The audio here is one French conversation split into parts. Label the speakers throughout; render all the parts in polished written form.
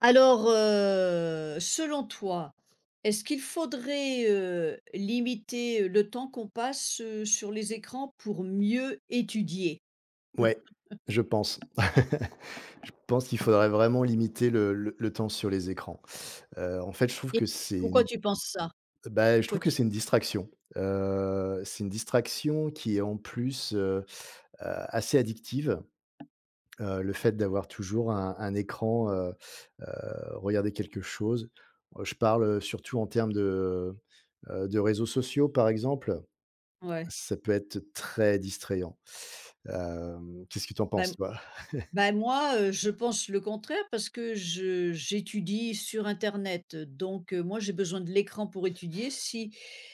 Speaker 1: Alors, selon toi, est-ce qu'il faudrait, limiter le temps qu'on passe, sur les écrans pour mieux étudier?
Speaker 2: Ouais, je pense. Je pense qu'il faudrait vraiment limiter le temps sur les écrans. En fait, je trouve
Speaker 1: Et
Speaker 2: que c'est
Speaker 1: pourquoi
Speaker 2: une
Speaker 1: tu penses ça?
Speaker 2: bah, je
Speaker 1: Pourquoi
Speaker 2: trouve que
Speaker 1: tu
Speaker 2: c'est une distraction. C'est une distraction qui est en plus, assez addictive. Le fait d'avoir toujours un écran, regarder quelque chose. Je parle, surtout en termes de réseaux sociaux, par exemple.
Speaker 1: Ouais.
Speaker 2: Ça peut être très distrayant. Qu'est-ce que tu en
Speaker 1: Ben
Speaker 2: penses,
Speaker 1: m
Speaker 2: toi?
Speaker 1: Bah, moi, je pense le contraire parce que je j'étudie sur internet, donc moi, j'ai besoin de l'écran pour étudier. Si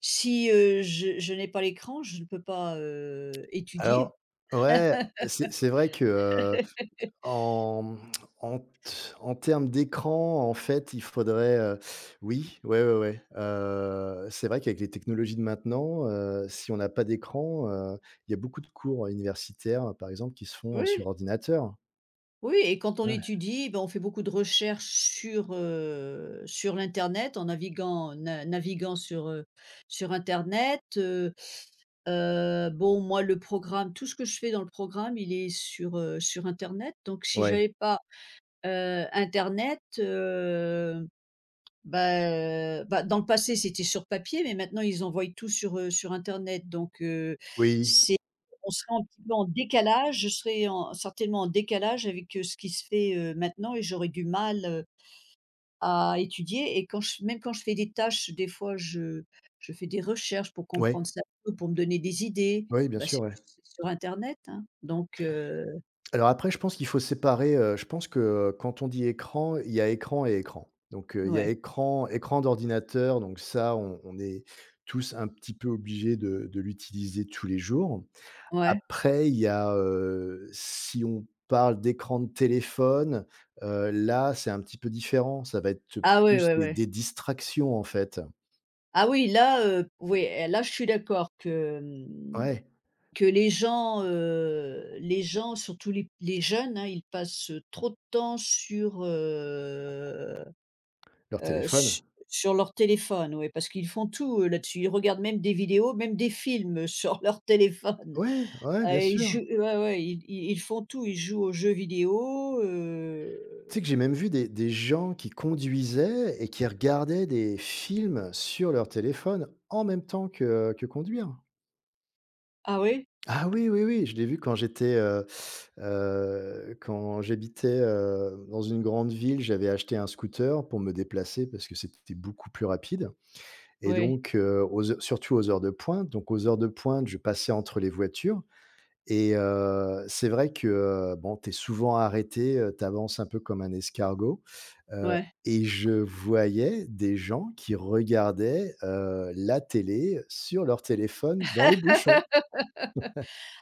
Speaker 1: si, je n'ai pas l'écran, je ne peux pas, étudier.
Speaker 2: Alors ouais, c'est vrai que, en en t en termes d'écran, en fait, il faudrait, oui, ouais, ouais, ouais, c'est vrai qu'avec les technologies de maintenant, si on n'a pas d'écran, il y a beaucoup de cours universitaires, par exemple, qui se font
Speaker 1: Oui.
Speaker 2: sur ordinateur.
Speaker 1: Oui, et quand on
Speaker 2: Ouais.
Speaker 1: étudie, ben, on fait beaucoup de recherches sur l'internet en naviguant sur internet, bon, moi, le programme, tout ce que je fais dans le programme, il est sur internet, donc si
Speaker 2: Ouais.
Speaker 1: j'avais pas, internet, bah, dans le passé, c'était sur papier, mais maintenant ils envoient tout sur internet, donc
Speaker 2: Oui.
Speaker 1: c'est on serait un petit peu en décalage, je serais en certainement en décalage avec, ce qui se fait, maintenant, et j'aurais du mal, à étudier. Et quand je fais des tâches, des fois je fais des recherches pour
Speaker 2: Ouais.
Speaker 1: comprendre ça mieux, pour me donner des idées.
Speaker 2: Oui, bien
Speaker 1: Bah, c'est
Speaker 2: sûr, ouais.
Speaker 1: c'est sur internet, hein, donc
Speaker 2: Alors après, je pense qu'il faut séparer, je pense que, quand on dit écran, il y a écran et écran. Donc, il y a
Speaker 1: ouais,
Speaker 2: écran d'ordinateur, donc ça, on est tous un petit peu obligés de l'utiliser tous les jours.
Speaker 1: ouais.
Speaker 2: Après, il y a, si on parle d'écran de téléphone, là, c'est un petit peu différent. Ça va être
Speaker 1: Ah oui,
Speaker 2: plus
Speaker 1: ouais,
Speaker 2: des
Speaker 1: ouais.
Speaker 2: des distractions, en fait.
Speaker 1: Ah oui, là, oui, eh là, je suis d'accord que, mmh.
Speaker 2: Ouais,
Speaker 1: Que les gens, surtout les jeunes, hein, ils passent trop de temps
Speaker 2: leur
Speaker 1: heu,
Speaker 2: téléphone.
Speaker 1: su sur leur téléphone, ouais, parce qu'ils font tout, là-dessus. Ils regardent même des vidéos, même des films sur leur téléphone.
Speaker 2: Ouais, ouais,
Speaker 1: Ah,
Speaker 2: bien
Speaker 1: ils jouent,
Speaker 2: sûr.
Speaker 1: ouais, ouais, ils font tout, ils jouent aux jeux vidéo,
Speaker 2: Tu sais que j'ai même vu des gens qui conduisaient et qui regardaient des films sur leur téléphone en même temps que conduire.
Speaker 1: ah oui?
Speaker 2: Ah oui, oui, oui, je l'ai vu quand j'étais, quand j'habitais dans une grande ville, j'avais acheté un scooter pour me déplacer parce que c'était beaucoup plus rapide. Et
Speaker 1: Oui,
Speaker 2: donc, surtout aux heures de pointe. Donc, aux heures de pointe, je passais entre les voitures et c'est vrai que, bon, tu es souvent arrêté, tu avances un peu comme un escargot, heu
Speaker 1: ouais.
Speaker 2: et je voyais des gens qui regardaient, la télé sur leur téléphone dans les bouchons.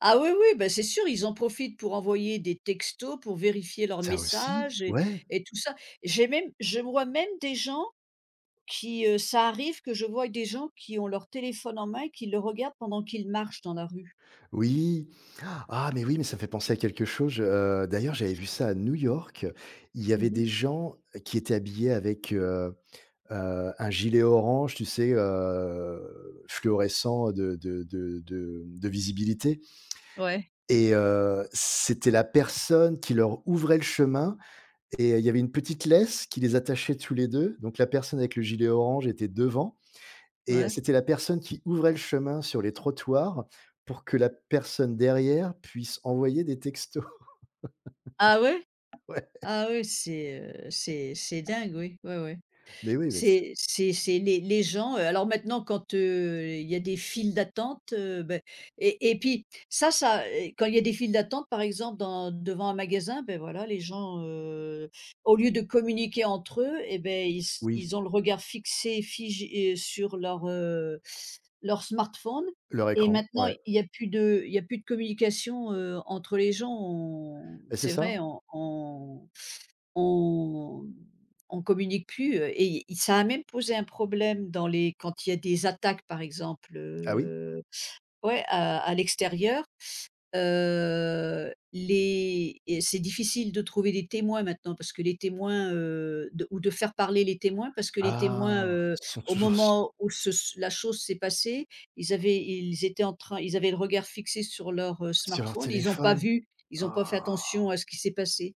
Speaker 1: Ah oui, oui, bah, c'est sûr, ils en profitent pour envoyer des textos, pour vérifier leurs
Speaker 2: Ça aussi,
Speaker 1: messages, et
Speaker 2: ouais,
Speaker 1: et tout ça. J'ai même Je vois même des gens. Ça arrive que je voie des gens qui ont leur téléphone en main et qui le regardent pendant qu'ils marchent dans la rue.
Speaker 2: oui. Ah, mais oui, mais ça me fait penser à quelque chose, d'ailleurs, j'avais vu ça à New York. Il y avait
Speaker 1: Mmh.
Speaker 2: des gens qui étaient habillés avec, un gilet orange, tu sais, fluorescent de visibilité.
Speaker 1: Ouais,
Speaker 2: Et c'était la personne qui leur ouvrait le chemin et il y avait une petite laisse qui les attachait tous les 2. Donc la personne avec le gilet orange était devant et
Speaker 1: ouais.
Speaker 2: c'était la personne qui ouvrait le chemin sur les trottoirs pour que la personne derrière puisse envoyer des textos.
Speaker 1: Ah ouais?
Speaker 2: Ouais,
Speaker 1: Ah ouais, c'est, c'est dingue, oui. Ouais, ouais.
Speaker 2: mais oui, mais c'est
Speaker 1: C'est les gens, alors maintenant quand, il y a des files d'attente, beh et puis ça ça, quand il y a des files d'attente par exemple dans devant un magasin, ben voilà les gens, au lieu de communiquer entre eux, et ben ils s
Speaker 2: oui,
Speaker 1: ils ont le regard fixé, figé, sur leur smartphone.
Speaker 2: leur
Speaker 1: Et
Speaker 2: écran,
Speaker 1: maintenant
Speaker 2: ouais.
Speaker 1: il y a plus de il y a plus de communication, entre les gens. On
Speaker 2: Bah, c'est
Speaker 1: C'est
Speaker 2: ça.
Speaker 1: vrai, on on communique plus, et i ça a même posé un problème dans les quand il y a des attaques par exemple,
Speaker 2: Ah oui?
Speaker 1: ouais, à l'extérieur, les et c'est difficile de trouver des témoins maintenant parce que les témoins, de ou de faire parler les témoins parce que les témoins,
Speaker 2: Ah, ils sont
Speaker 1: au
Speaker 2: toujours su
Speaker 1: moment où ce s la chose s'est passée, ils avaient ils étaient en train ils avaient le regard fixé sur leur,
Speaker 2: sur leur
Speaker 1: smartphone. Ils n'ont pas
Speaker 2: téléphone.
Speaker 1: vu, ils n'ont pas fait
Speaker 2: Ah!
Speaker 1: attention à ce qui s'est passé,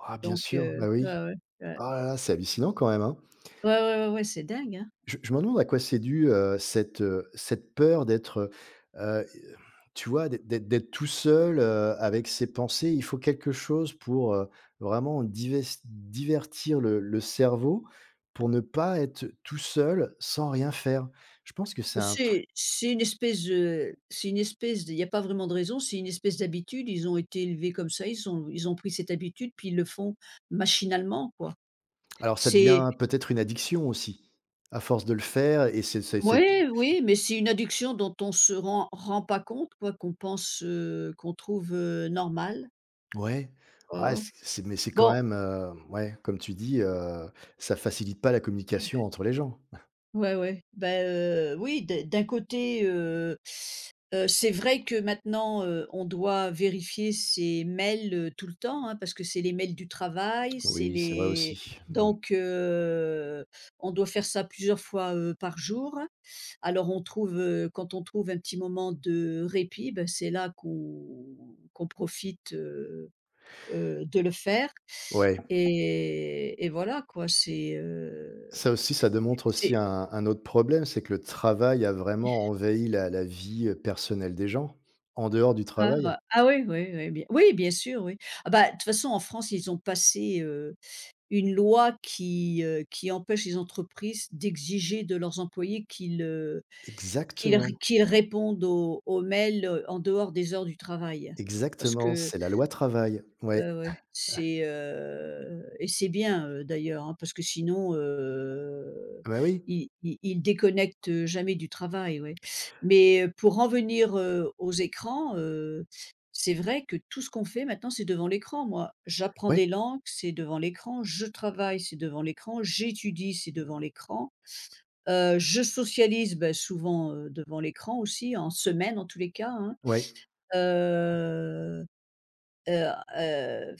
Speaker 2: Ah bien
Speaker 1: donc
Speaker 2: sûr, bah
Speaker 1: ouais,
Speaker 2: oui.
Speaker 1: ouais, ouais.
Speaker 2: Ah là là, c'est hallucinant quand même, hein?
Speaker 1: Ouais, ouais, ouais, ouais, c'est dingue, hein.
Speaker 2: Je me demande à quoi c'est dû, cette, cette peur d'être, heu tu vois, d'être tout seul, avec ses pensées. Il faut quelque chose pour, vraiment divest divertir le cerveau pour ne pas être tout seul sans rien faire. Je pense que c'est un truc
Speaker 1: C'est une espèce, c'est une espèce de, il y a pas vraiment de raison, c'est une espèce d'habitude. Ils ont été élevés comme ça, ils ont pris cette habitude, puis ils le font machinalement, quoi.
Speaker 2: alors ça
Speaker 1: C'est
Speaker 2: devient peut-être une addiction aussi, à force de le faire et c'est c'est
Speaker 1: Ouais, oui, mais c'est une addiction dont on se rend pas compte, quoi, qu'on pense, qu'on trouve, normale.
Speaker 2: ouais,
Speaker 1: Ouais,
Speaker 2: ouais,
Speaker 1: ouais.
Speaker 2: c'est mais c'est quand
Speaker 1: Bon.
Speaker 2: même, ouais, comme tu dis, ça facilite pas la communication entre les gens.
Speaker 1: Ouais, ouais. Bah, oui, d'un côté, c'est vrai que maintenant, on doit vérifier ses mails, tout le temps, hein, parce que c'est les mails du travail, c'est
Speaker 2: Oui, c'est vrai
Speaker 1: les
Speaker 2: aussi. Mmh.
Speaker 1: donc on doit faire ça plusieurs fois, par jour. Alors on trouve, quand on trouve un petit moment de répit, ben c'est là qu'on profite, de le faire,
Speaker 2: Ouais,
Speaker 1: et voilà quoi, c'est, heu,
Speaker 2: ça aussi, ça démontre
Speaker 1: c'est
Speaker 2: aussi un autre problème, c'est que le travail a vraiment envahi la vie, personnelle des gens, en dehors du
Speaker 1: Ah
Speaker 2: travail.
Speaker 1: ouais. Ah oui, oui, oui, bien sûr, oui. Ah bah, de toute façon, en France, ils ont passé, une loi qui empêche les entreprises d'exiger de leurs employés qu'ils, qu'ils ré
Speaker 2: Exactement,
Speaker 1: qu'ils répondent aux mails, en dehors des heures du travail. Parce
Speaker 2: exactement,
Speaker 1: que
Speaker 2: c'est la loi travail. Ouais,
Speaker 1: Ouais, ouais, c'est, et c'est bien, d'ailleurs, hein, parce que sinon,
Speaker 2: ah bah, oui,
Speaker 1: ils déconnectent jamais du travail, ouais. Mais, pour en venir, aux écrans, c'est vrai que tout ce qu'on fait maintenant, c'est devant l'écran. Moi, j'apprends
Speaker 2: ouais,
Speaker 1: des langues, c'est devant l'écran, je travaille, c'est devant l'écran, j'étudie, c'est devant l'écran, je socialise, bah, souvent, devant l'écran aussi, en semaine en tous les cas, hein,
Speaker 2: ouais,
Speaker 1: heu heu heu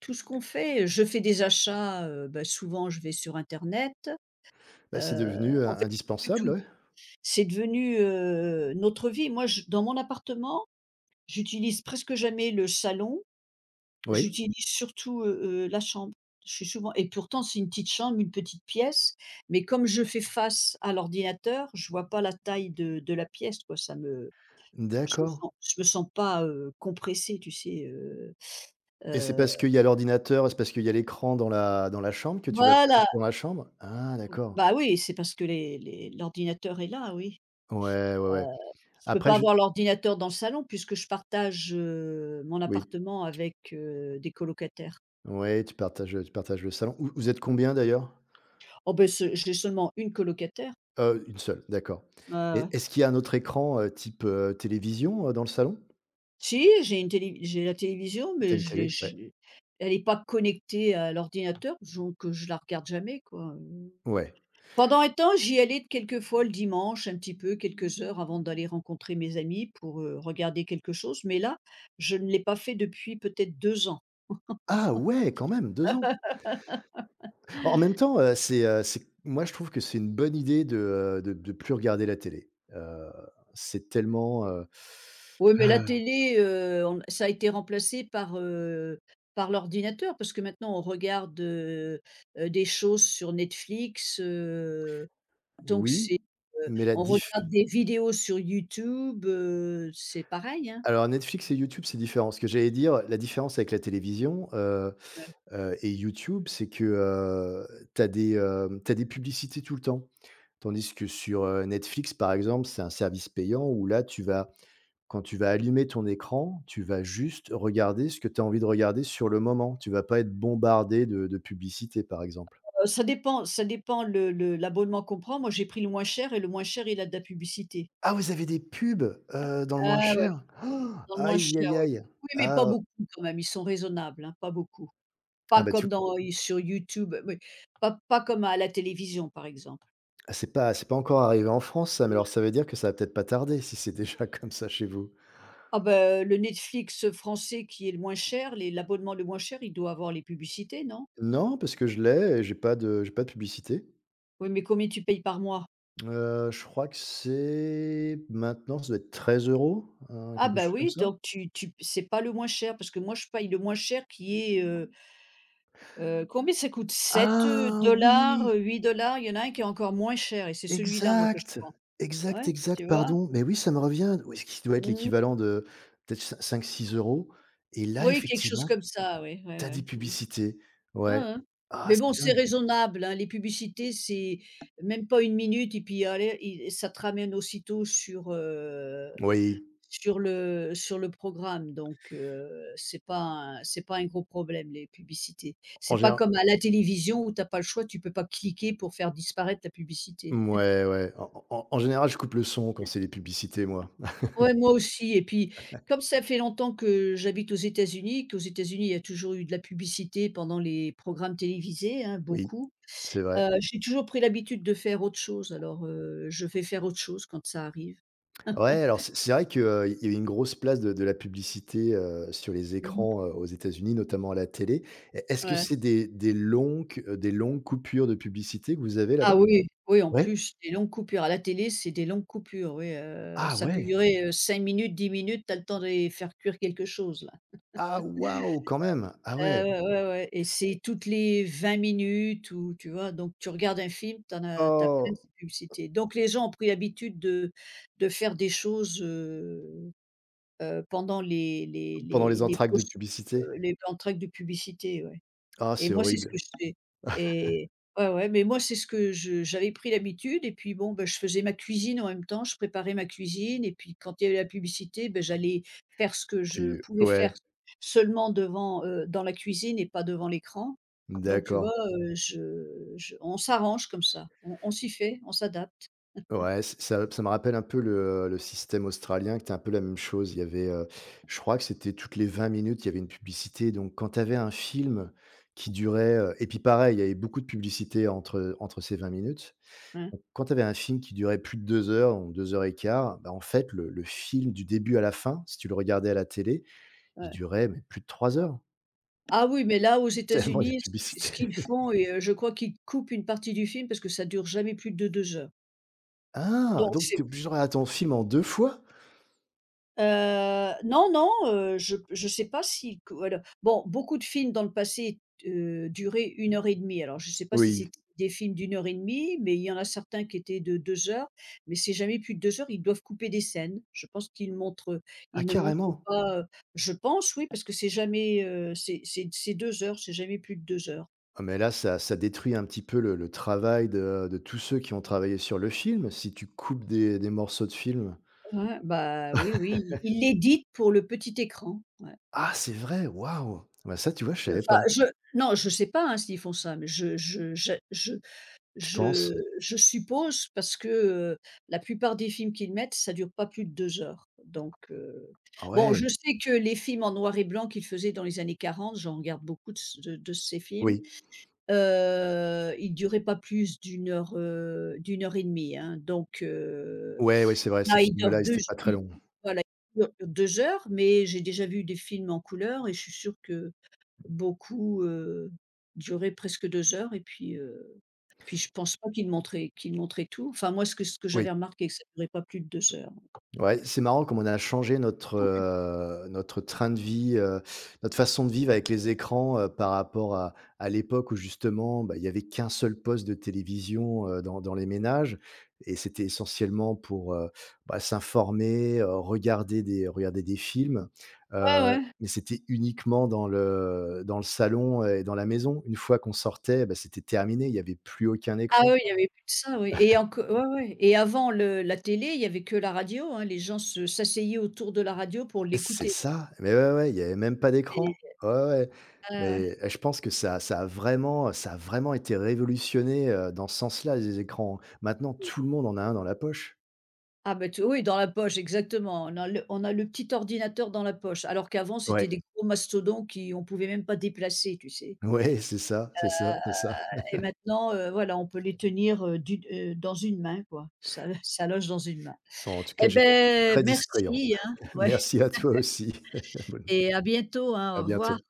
Speaker 1: tout ce qu'on fait, je fais des achats, bah, souvent je vais sur internet,
Speaker 2: bah, c'est devenu,
Speaker 1: en fait, presque
Speaker 2: indispensable,
Speaker 1: tout.
Speaker 2: ouais.
Speaker 1: C'est devenu, notre vie. Moi je dans mon appartement, j'utilise presque jamais le salon,
Speaker 2: Oui,
Speaker 1: j'utilise surtout, la chambre. Je suis souvent, et pourtant c'est une petite chambre, une petite pièce, mais comme je fais face à l'ordinateur, je vois pas la taille de la pièce, quoi, ça me je me
Speaker 2: d'accord,
Speaker 1: sens, je me sens pas, compressée, tu sais,
Speaker 2: et c'est
Speaker 1: heu,
Speaker 2: parce qu'il y a l'ordinateur, c'est parce qu'il y a l'écran dans la chambre que tu vas plus
Speaker 1: voilà.
Speaker 2: dans la chambre? Ah d'accord.
Speaker 1: Bah, oui, c'est parce que les l'ordinateur est là, oui.
Speaker 2: Ouais, ouais,
Speaker 1: Heu,
Speaker 2: ouais.
Speaker 1: je peux
Speaker 2: Après
Speaker 1: pas
Speaker 2: je
Speaker 1: avoir l'ordinateur dans le salon puisque je partage, mon
Speaker 2: oui.
Speaker 1: appartement avec, des colocataires.
Speaker 2: Ouais, tu partages le salon. Vous vous êtes combien d'ailleurs?
Speaker 1: Oh ben, ce j'ai seulement une colocataire.
Speaker 2: 1 seule, d'accord.
Speaker 1: Ouais,
Speaker 2: Et
Speaker 1: ouais.
Speaker 2: est-ce qu'il y a un autre écran, type, télévision, dans le salon?
Speaker 1: Si, j'ai la télévision,
Speaker 2: T'as
Speaker 1: mais
Speaker 2: une
Speaker 1: je l'ai
Speaker 2: télé? Ouais.
Speaker 1: je elle est pas connectée à l'ordinateur, donc je la regarde jamais, quoi.
Speaker 2: Ouais.
Speaker 1: Pendant un temps, j'y allais quelquefois le dimanche, un petit peu, quelques heures avant d'aller rencontrer mes amis pour, regarder quelque chose, mais là, je ne l'ai pas fait depuis peut-être 2 ans.
Speaker 2: Ah ouais, quand même, 2 ans. En même temps, c'est moi je trouve que c'est une bonne idée de, de plus regarder la télé. C'est tellement,
Speaker 1: Oui, mais la
Speaker 2: heu,
Speaker 1: télé, on ça a été remplacé par, par l'ordinateur parce que maintenant on regarde, des choses sur Netflix, donc
Speaker 2: oui,
Speaker 1: c'est,
Speaker 2: mais la
Speaker 1: on
Speaker 2: diff
Speaker 1: regarde des vidéos sur YouTube, c'est pareil, hein?
Speaker 2: alors Netflix et YouTube, c'est différent. Ce que j'allais dire, la différence avec la télévision, et YouTube, c'est que, tu des publicités tout le temps. Tandis que sur, Netflix, par exemple, c'est un service payant où là, tu vas quand tu vas allumer ton écran, tu vas juste regarder ce que tu as envie de regarder sur le moment. Tu vas pas être bombardé de publicités, par exemple.
Speaker 1: Ça dépend, ça dépend le l'abonnement qu'on prend. Moi, j'ai pris le moins cher, et le moins cher, il a de la publicité.
Speaker 2: Ah, vous avez des pubs, dans le moins
Speaker 1: Ah ouais,
Speaker 2: cher? Oh,
Speaker 1: dans le moins
Speaker 2: Aïe,
Speaker 1: cher,
Speaker 2: aïe,
Speaker 1: oui.
Speaker 2: aïe.
Speaker 1: Oui, mais pas
Speaker 2: Ah,
Speaker 1: beaucoup quand même, ils sont raisonnables, hein, pas beaucoup.
Speaker 2: ah
Speaker 1: Pas
Speaker 2: bah, tu
Speaker 1: comme dans i sur YouTube, oui, pas comme à la télévision, par exemple.
Speaker 2: ah, c'est pas encore arrivé en France ça, mais alors ça veut dire que ça va peut-être pas tarder si c'est déjà comme ça chez vous.
Speaker 1: Ah ben le Netflix français qui est le moins cher, les l'abonnement le moins cher, il doit avoir les publicités, non?
Speaker 2: Non, parce que je l'ai et j'ai pas de publicité.
Speaker 1: Oui, mais combien tu payes par mois?
Speaker 2: Je crois que c'est maintenant, ça doit être 13 €
Speaker 1: Ah
Speaker 2: quelque
Speaker 1: ben
Speaker 2: chose comme
Speaker 1: oui,
Speaker 2: ça.
Speaker 1: donc tu tu c'est pas le moins cher parce que moi, je paye le moins cher qui est, combien ça coûte? Sept
Speaker 2: Ah
Speaker 1: dollars,
Speaker 2: oui!
Speaker 1: $8. Il y en a un qui est encore moins cher, et c'est celui-là, moi, que je
Speaker 2: Exact!
Speaker 1: prends. Ouais,
Speaker 2: Exact,
Speaker 1: tu
Speaker 2: exact,
Speaker 1: vois?
Speaker 2: pardon. Mais oui, ça me revient. Oui, ce qui doit être
Speaker 1: Mmh.
Speaker 2: l'équivalent de peut-être cinq six euros. Et là,
Speaker 1: Oui, quelque chose
Speaker 2: effectivement,
Speaker 1: comme ça, oui, ouais,
Speaker 2: tu as
Speaker 1: ouais.
Speaker 2: des
Speaker 1: Mmh.
Speaker 2: publicités. Ouais.
Speaker 1: Ouais, ouais.
Speaker 2: Ah,
Speaker 1: Mais
Speaker 2: c'est
Speaker 1: bon, c'est
Speaker 2: dingue!
Speaker 1: raisonnable, hein, les publicités, c'est même pas une minute, et puis allez, i ça te ramène aussitôt sur,
Speaker 2: Oui,
Speaker 1: sur le programme, donc c'est pas un, c'est pas un gros problème, les publicités.
Speaker 2: en
Speaker 1: C'est pas
Speaker 2: général
Speaker 1: comme à la télévision où t'as pas le choix, tu peux pas cliquer pour faire disparaître la publicité.
Speaker 2: ouais ouais, en général, je coupe le son quand c'est les publicités, moi.
Speaker 1: Ouais, moi aussi, et puis, comme ça fait longtemps que j'habite aux États-Unis, qu'aux États-Unis, il y a toujours eu de la publicité pendant les programmes télévisés, hein,
Speaker 2: Oui,
Speaker 1: beaucoup.
Speaker 2: c'est vrai.
Speaker 1: J'ai toujours pris l'habitude de faire autre chose, alors, je vais faire autre chose quand ça arrive.
Speaker 2: Ouais, alors c'est vrai qu'il y a eu une grosse place de la publicité, sur les
Speaker 1: Mmh.
Speaker 2: écrans, aux États-Unis, notamment à la télé. Est-ce que
Speaker 1: Ouais.
Speaker 2: c'est des longues coupures de publicité que vous avez là-bas?
Speaker 1: Ah oui, oui, en
Speaker 2: Ouais.
Speaker 1: plus, des longues coupures. À la télé, c'est des longues coupures, oui,
Speaker 2: Ah
Speaker 1: ça peut
Speaker 2: ouais!
Speaker 1: durer, 5 minutes, 10 minutes, tu as le temps de faire cuire quelque chose.
Speaker 2: Ah waouh, quand même! Ah ouais.
Speaker 1: Ouais, ouais, ouais, et c'est toutes les 20 minutes ou, tu vois? Donc tu regardes un film, t'en as t'as as plein de
Speaker 2: Oh!
Speaker 1: ces publicités. Donc les gens ont pris l'habitude de faire des choses, pendant les les
Speaker 2: Pendant
Speaker 1: les
Speaker 2: les
Speaker 1: les
Speaker 2: entr'actes de
Speaker 1: pauses,
Speaker 2: publicité?
Speaker 1: les entr'actes de publicité, ouais.
Speaker 2: Ah,
Speaker 1: Et
Speaker 2: c'est
Speaker 1: moi, c'est ce
Speaker 2: horrible.
Speaker 1: que je fais, et ouais, ouais, mais moi, c'est ce que je j'avais pris l'habitude, et puis bon, bah, je faisais ma cuisine en même temps, je préparais ma cuisine, et puis quand il y avait la publicité, beh, j'allais faire ce que je
Speaker 2: Tu
Speaker 1: pouvais faire
Speaker 2: ouais,
Speaker 1: seulement devant, dans la cuisine et pas devant l'écran. Donc tu vois,
Speaker 2: d'accord.
Speaker 1: je on s'arrange comme ça, on s'y fait, on s'adapte,
Speaker 2: Ouais, ç ça me rappelle un peu le système australien qui était un peu la même chose. Il y avait, je crois que c'était toutes les 20 minutes, il y avait une publicité. Donc quand tu avais un film qui durait, et puis pareil, il y avait beaucoup de publicité entre, entre ces 20 minutes.
Speaker 1: hein,
Speaker 2: Donc quand tu avais un film qui durait plus de 2 heures ou 2 heures et quart, bah, en fait, le film du début à la fin, si tu le regardais à la télé, il
Speaker 1: ouais.
Speaker 2: durait, mais plus de 3 heures,
Speaker 1: Ah oui, mais là, aux
Speaker 2: tellement il y a de
Speaker 1: États-Unis,
Speaker 2: publicité.
Speaker 1: ce qu'ils font, et je crois qu'ils coupent une partie du film parce que ça dure jamais plus de 2 heures.
Speaker 2: Ah!
Speaker 1: Donc
Speaker 2: Donc tu
Speaker 1: c'est
Speaker 2: es obligé de regarder ton film en deux fois?
Speaker 1: Non, non, je sais pas si que alors bon, beaucoup de films dans le passé, duraient 1 heure et demie. Alors je sais pas si c'est
Speaker 2: Oui.
Speaker 1: des films d'1 heure et demie, mais il y en a certains qui étaient de 2 heures, mais c'est jamais plus de 2 heures, ils doivent couper des scènes. Je pense qu'ils montrent,
Speaker 2: Ah,
Speaker 1: ils ne montrent
Speaker 2: carrément!
Speaker 1: pas, je pense, oui, parce que c'est jamais, c'est 2 heures, c'est jamais plus de deux heures.
Speaker 2: Ah, mais là, ça détruit un petit peu le travail de tous ceux qui ont travaillé sur le film, si tu coupes des morceaux de film.
Speaker 1: Ouais, bah, oui, oui, ils l'éditent pour le petit écran, ouais.
Speaker 2: Ah, c'est vrai, waouh! Bah, ça, tu vois, je
Speaker 1: Je
Speaker 2: savais
Speaker 1: enfin,
Speaker 2: pas.
Speaker 1: je Non, je sais pas, hein, s'ils font ça, mais je
Speaker 2: Tu penses?
Speaker 1: Je suppose parce que, la plupart des films qu'ils mettent, ça dure pas plus de 2 heures, donc
Speaker 2: Ah
Speaker 1: bon, je
Speaker 2: Ouais,
Speaker 1: sais que les films en noir et blanc qu'ils faisaient dans les années 40, j'en regarde beaucoup de ce de ces films,
Speaker 2: oui.
Speaker 1: ils duraient pas plus d'une heure, d'1 heure et demie, hein, donc
Speaker 2: Ouais, ouais, c'est vrai, ces
Speaker 1: là, ils durent
Speaker 2: films-là, ils
Speaker 1: 2
Speaker 2: étaient pas très
Speaker 1: j
Speaker 2: longs.
Speaker 1: voilà, ils durent 2 heures, mais j'ai déjà vu des films en couleur, et je suis sûre que beaucoup, durait presque 2 heures, et puis, puis je pense pas qu'il montrait tout. Enfin, moi, ce que
Speaker 2: Oui.
Speaker 1: j'avais remarqué, que ça durait pas plus de 2 heures.
Speaker 2: Ouais, c'est marrant comme on a changé notre, notre train de vie, notre façon de vivre avec les écrans, par rapport à l'époque où justement, bah, il y avait qu'un seul poste de télévision, dans les ménages et c'était essentiellement pour, bah, s'informer, regarder des films,
Speaker 1: Ouais, ouais.
Speaker 2: mais c'était uniquement dans le salon et dans la maison. Une fois qu'on sortait, bah, c'était terminé, il y avait plus aucun
Speaker 1: Ah
Speaker 2: écran.
Speaker 1: oui, il y avait plus de ça, oui, et enc ouais, ouais, et avant le la télé, il y avait que la radio, hein, les gens se s'asseyaient autour de la radio pour
Speaker 2: C'est
Speaker 1: l'écouter.
Speaker 2: ça, mais ouais, ouais, il y avait même pas d'écran.
Speaker 1: C'est
Speaker 2: Ouais, ouais,
Speaker 1: Ouais, ouais.
Speaker 2: mais je pense que ça a vraiment été révolutionné, dans ce sens-là, les écrans. Maintenant, tout le monde en a un dans la poche.
Speaker 1: Ah bah tu, oui, dans la poche, exactement, on a le, on a le petit ordinateur dans la poche, alors qu'avant
Speaker 2: Ouais,
Speaker 1: c'était des gros mastodons qui on pouvait même pas déplacer, tu sais?
Speaker 2: ouais, c'est ça, c'est ça, c'est ça.
Speaker 1: Et maintenant, voilà, on peut les tenir, d'une dans une main, quoi, ça ça loge dans une main.
Speaker 2: Bon, en tout cas,
Speaker 1: Eh
Speaker 2: j'étais très
Speaker 1: ben,
Speaker 2: distrayant.
Speaker 1: merci, hein, ouais,
Speaker 2: Merci à toi aussi. Bonne
Speaker 1: et à bientôt, hein,
Speaker 2: à
Speaker 1: au revoir.
Speaker 2: bientôt.